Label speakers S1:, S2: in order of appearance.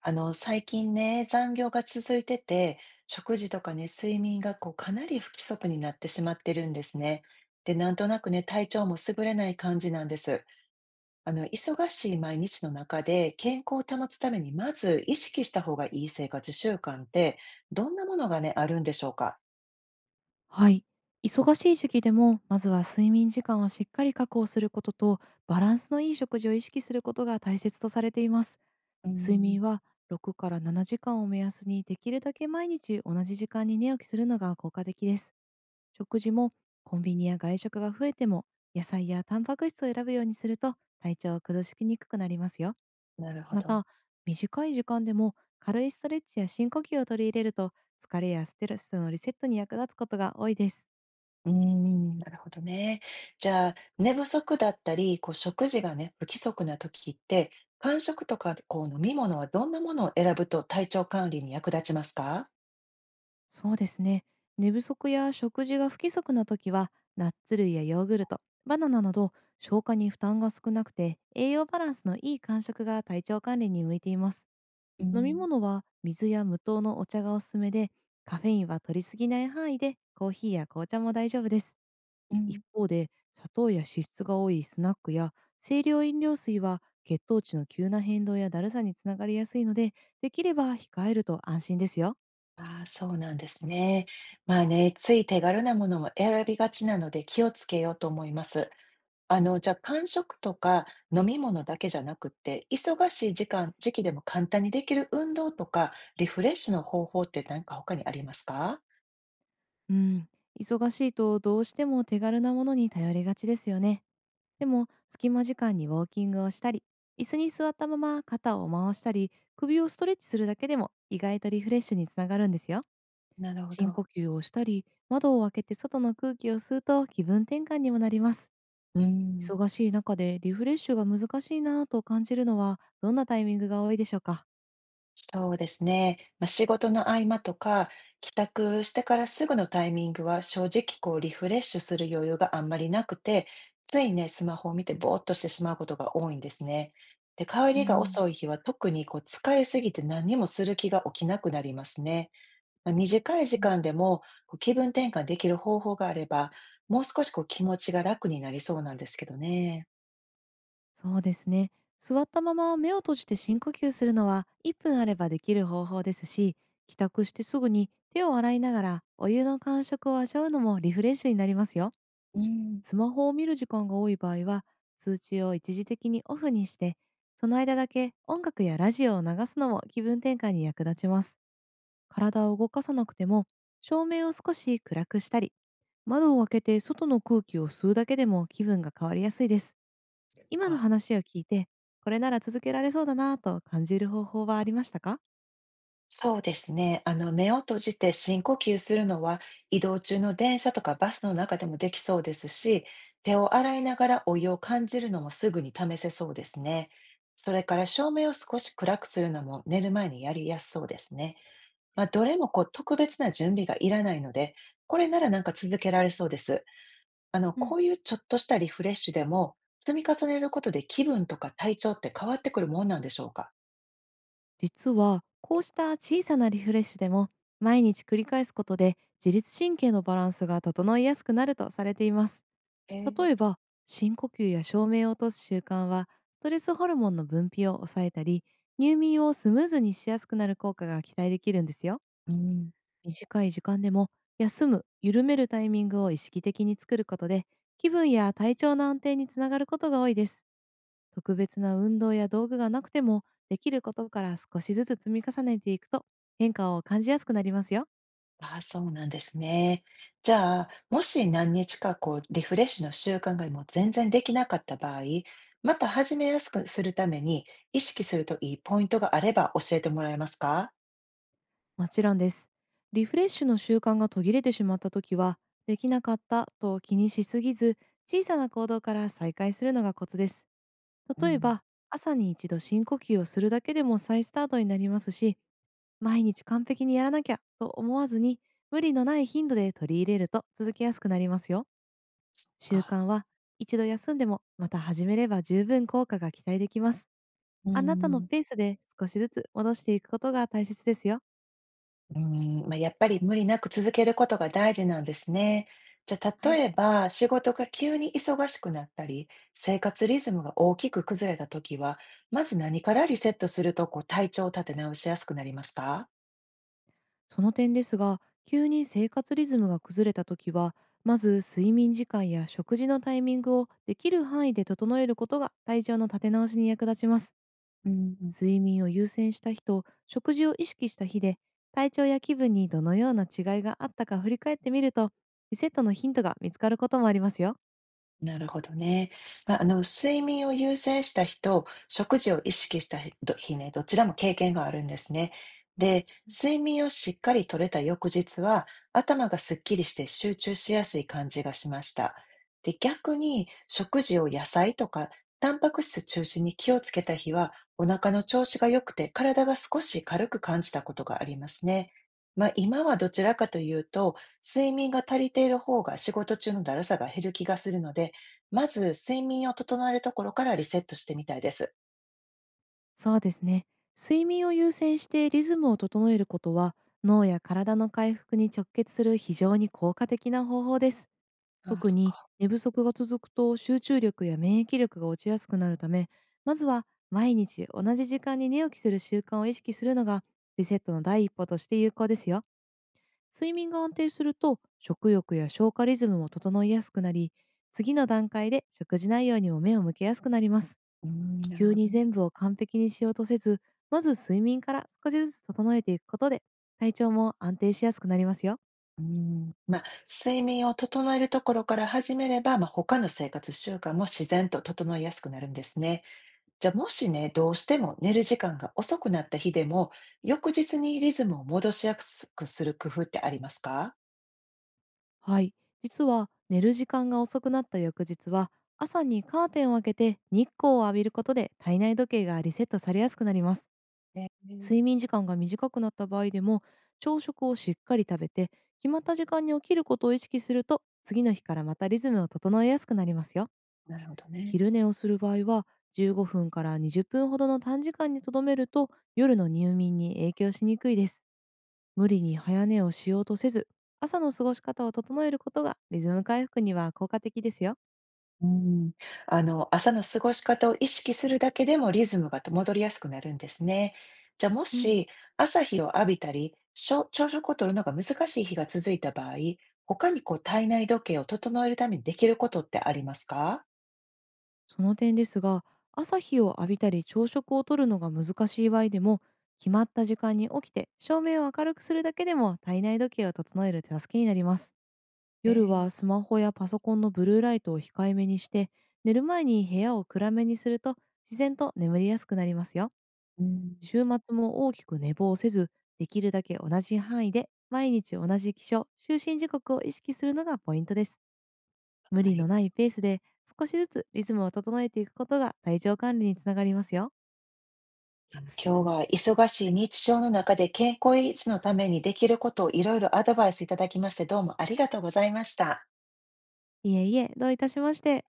S1: 最近ね、残業が続いてて、食事とかね、睡眠がこうかなり不規則になってしまってるんですね。で、なんとなくね、体調も優れない感じなんです。忙しい毎日の中で健康を保つために、まず意識した方がいい生活習慣って、どんなものがね、あるんでしょうか。
S2: はい。忙しい時期でも、まずは睡眠時間をしっかり確保することと、バランスのいい食事を意識することが大切とされています。
S1: うー
S2: 睡
S1: ん、
S2: 眠は6から7時間を目安に、できるだけ毎日同じ時間に寝起きするのが効果的です。食事も、コンビニや外食が増えても、野菜やタンパク質を選ぶようにすると、体調を崩しにくくなりますよ。
S1: なるほ
S2: ま
S1: ど。
S2: た、短い時間でも軽いストレッチや深呼吸を取り入れると、疲れやステレスのリセットに役立つことが多いです。
S1: なるほどね。じゃあ、寝不足だったり、こう食事がね、不規則な時って、間食とかこう飲み物はどんなものを選ぶと体調管理に役立ちますか？
S2: そうですね。寝不足や食事が不規則な時は、ナッツ類やヨーグルト、バナナなど消化に負担が少なくて、栄養バランスのいい間食が体調管理に向いています。
S1: う
S2: 飲み
S1: ん、
S2: 物は水や無糖のお茶がおすすめで、カフェインは取りすぎない範囲で、コーヒーや紅茶も大丈夫です。
S1: う
S2: 一
S1: ん。
S2: 方で、砂糖や脂質が多いスナックや清涼飲料水は血糖値の急な変動やだるさにつながりやすいので、できれば控えると安心ですよ。
S1: ああ、そうなんですね。まあね、つい手軽なものも選びがちなので気をつけようと思います。じゃあ、間食とか飲み物だけじゃなくって、忙しい時間、時期でも簡単にできる運動とか、リフレッシュの方法って何か他にありますか？
S2: うん、忙しいとどうしても手軽なものに頼りがちですよね。でも、隙間時間にウォーキングをしたり、椅子に座ったまま肩を回したり、首をストレッチするだけでも意外とリフレッシュにつながるんですよ。
S1: なるほ
S2: 深
S1: ど。
S2: 呼吸をしたり、窓を開けて外の空気を吸うと気分転換にもなります。
S1: うーん、
S2: 忙しい中でリフレッシュが難しいなぁと感じるのはどんなタイミングが多いでしょうか？
S1: そうですね。まあ、仕事の合間とか、帰宅してからすぐのタイミングは正直こうリフレッシュする余裕があんまりなくて、ついね、スマホを見てぼーっとしてしまうことが多いんですね。で、帰
S2: う
S1: りが
S2: ん。
S1: 遅い日は特にこう疲れすぎて何もする気が起きなくなりますね。まあ、短い時間でもこう気分転換できる方法があれば、もう少しこう気持ちが楽になりそうなんですけどね。
S2: そうですね。座ったまま目を閉じて深呼吸するのは1分あればできる方法ですし、帰宅してすぐに手を洗いながらお湯の感触を味わうのもリフレッシュになりますよ。
S1: うん、
S2: スマホを見る時間が多い場合は、通知を一時的にオフにして、その間だけ音楽やラジオを流すのも気分転換に役立ちます。体を動かさなくても、照明を少し暗くしたり、窓を開けて外の空気を吸うだけでも気分が変わりやすいです。今の
S1: か。
S2: 話を聞いて、これなら続けられそうだなぁと感じる方法はありましたか？
S1: そうですね。目を閉じて深呼吸するのは移動中の電車とかバスの中でもできそうですし、手を洗いながらお湯を感じるのもすぐに試せそうですね。それから照明を少し暗くするのも寝る前にやりやすそうですね。まあ、どれもこう特別な準備がいらないので、これならなんか続けられそうです。
S2: う
S1: こ
S2: ん、
S1: ういうちょっとしたリフレッシュでも積み重ねることで気分とか体調って変わってくるもんなんでしょうか。
S2: 実は、こうした小さなリフレッシュでも、毎日繰り返すことで自律神経のバランスが整いやすくなるとされています。
S1: えー
S2: 例えば、深呼吸や照明を落とす習慣は、ストレスホルモンの分泌を抑えたり、入眠をスムーズにしやすくなる効果が期待できるんですよ。
S1: うん。
S2: 短い時間でも休む、緩めるタイミングを意識的に作ることで、気分や体調の安定につながることが多いです。特別な運動や道具がなくても、できることから少しずつ積み重ねていくと変化を感じやすくなりますよ。
S1: ああ、そうなんですね。じゃあ、もし何日かこうリフレッシュの習慣がもう全然できなかった場合、また始めやすくするために意識するといいポイントがあれば教えてもらえますか？
S2: もちろんです。リフレッシュの習慣が途切れてしまった時は、できなかったと気にしすぎず、小さな行動から再開するのがコツです。
S1: う
S2: 例え
S1: ん、
S2: ば、朝に一度深呼吸をするだけでも再スタートになりますし、毎日完璧にやらなきゃと思わずに、無理のない頻度で取り入れると続けやすくなりますよ。
S1: そっ
S2: 習
S1: か。
S2: 慣は、一度休んでもまた始めれば十分効果が期待できます。
S1: う
S2: あなたの
S1: ん。
S2: ペースで少しずつ戻していくことが大切ですよ。
S1: うん、まあ、やっぱり無理なく続けることが大事なんですね。じゃあ、
S2: はい。
S1: 例えば、仕事が急に忙しくなったり、生活リズムが大きく崩れた時は、まず何からリセットすると、こう体調を立て直しやすくなりますか？
S2: その点ですが、急に生活リズムが崩れた時は、まず睡眠時間や食事のタイミングをできる範囲で整えることが体調の立て直しに役立ちます。
S1: うん。
S2: 睡眠を優先した日と食事を意識した日で、体調や気分にどのような違いがあったか振り返ってみると、リセットのヒントが見つかることもありますよ。
S1: なるほどね。まあ、睡眠を優先した日と、食事を意識した日ね、どちらも経験があるんですね。で、睡眠をしっかり取れた翌日は、頭がすっきりして集中しやすい感じがしました。で、逆に食事を野菜とか、タンパク質中心に気をつけた日は、お腹の調子が良くて、体が少し軽く感じたことがありますね。まあ、今はどちらかというと、睡眠が足りている方が仕事中のだるさが減る気がするので、まず、睡眠を整えるところからリセットしてみたいです。
S2: そうですね。睡眠を優先してリズムを整えることは、脳や体の回復に直結する非常に効果的な方法です。
S1: ああ、
S2: 特
S1: そっ
S2: に
S1: か。
S2: 寝不足が続くと集中力や免疫力が落ちやすくなるため、まずは毎日同じ時間に寝起きする習慣を意識するのがリセットの第一歩として有効ですよ。睡眠が安定すると食欲や消化リズムも整いやすくなり、次の段階で食事内容にも目を向けやすくなります。
S1: なる
S2: 急
S1: ほど
S2: に
S1: ね。
S2: 全部を完璧にしようとせず、まず睡眠から少しずつ整えていくことで体調も安定しやすくなりますよ。
S1: うーん。まあ、睡眠を整えるところから始めれば、まあ、他の生活習慣も自然と整いやすくなるんですね。じゃあ、もしね、どうしても寝る時間が遅くなった日でも、翌日にリズムを戻しやすくする工夫ってありますか。
S2: はい、実は寝る時間が遅くなった翌日は、朝にカーテンを開けて日光を浴びることで体内時計がリセットされやすくなります。
S1: えー、
S2: 睡眠時間が短くなった場合でも、朝食をしっかり食べて決まった時間に起きることを意識すると、次の日からまたリズムを整えやすくなりますよ。
S1: なるほどね。
S2: 昼寝をする場合は、15分から20分ほどの短時間にとどめると、夜の入眠に影響しにくいです。無理に早寝をしようとせず、朝の過ごし方を整えることがリズム回復には効果的ですよ。
S1: うん、朝の過ごし方を意識するだけでもリズムが戻りやすくなるんですね。じゃあも
S2: うん、
S1: し、朝日を浴びたり、朝食をとるのが難しい日が続いた場合、他にこう体内時計を整えるためにできることってありますか？
S2: その点ですが、朝日を浴びたり朝食をとるのが難しい場合でも、決まった時間に起きて照明を明るくするだけでも体内時計を整える手助けになります。
S1: え
S2: 夜
S1: ー
S2: はスマホやパソコンのブルーライトを控えめにして、寝る前に部屋を暗めにすると自然と眠りやすくなりますよ。
S1: うん。
S2: 週末も大きく寝坊せず、できるだけ同じ範囲で、毎日同じ起床、就寝時刻を意識するのがポイントです。無
S1: は
S2: 理の
S1: い。
S2: ないペースで、少しずつリズムを整えていくことが体調管理につながりますよ。
S1: 今日は忙しい日常の中で健康維持のためにできることをいろいろアドバイスいただきまして、どうもありがとうございました。
S2: いえいえ、どういたしまして。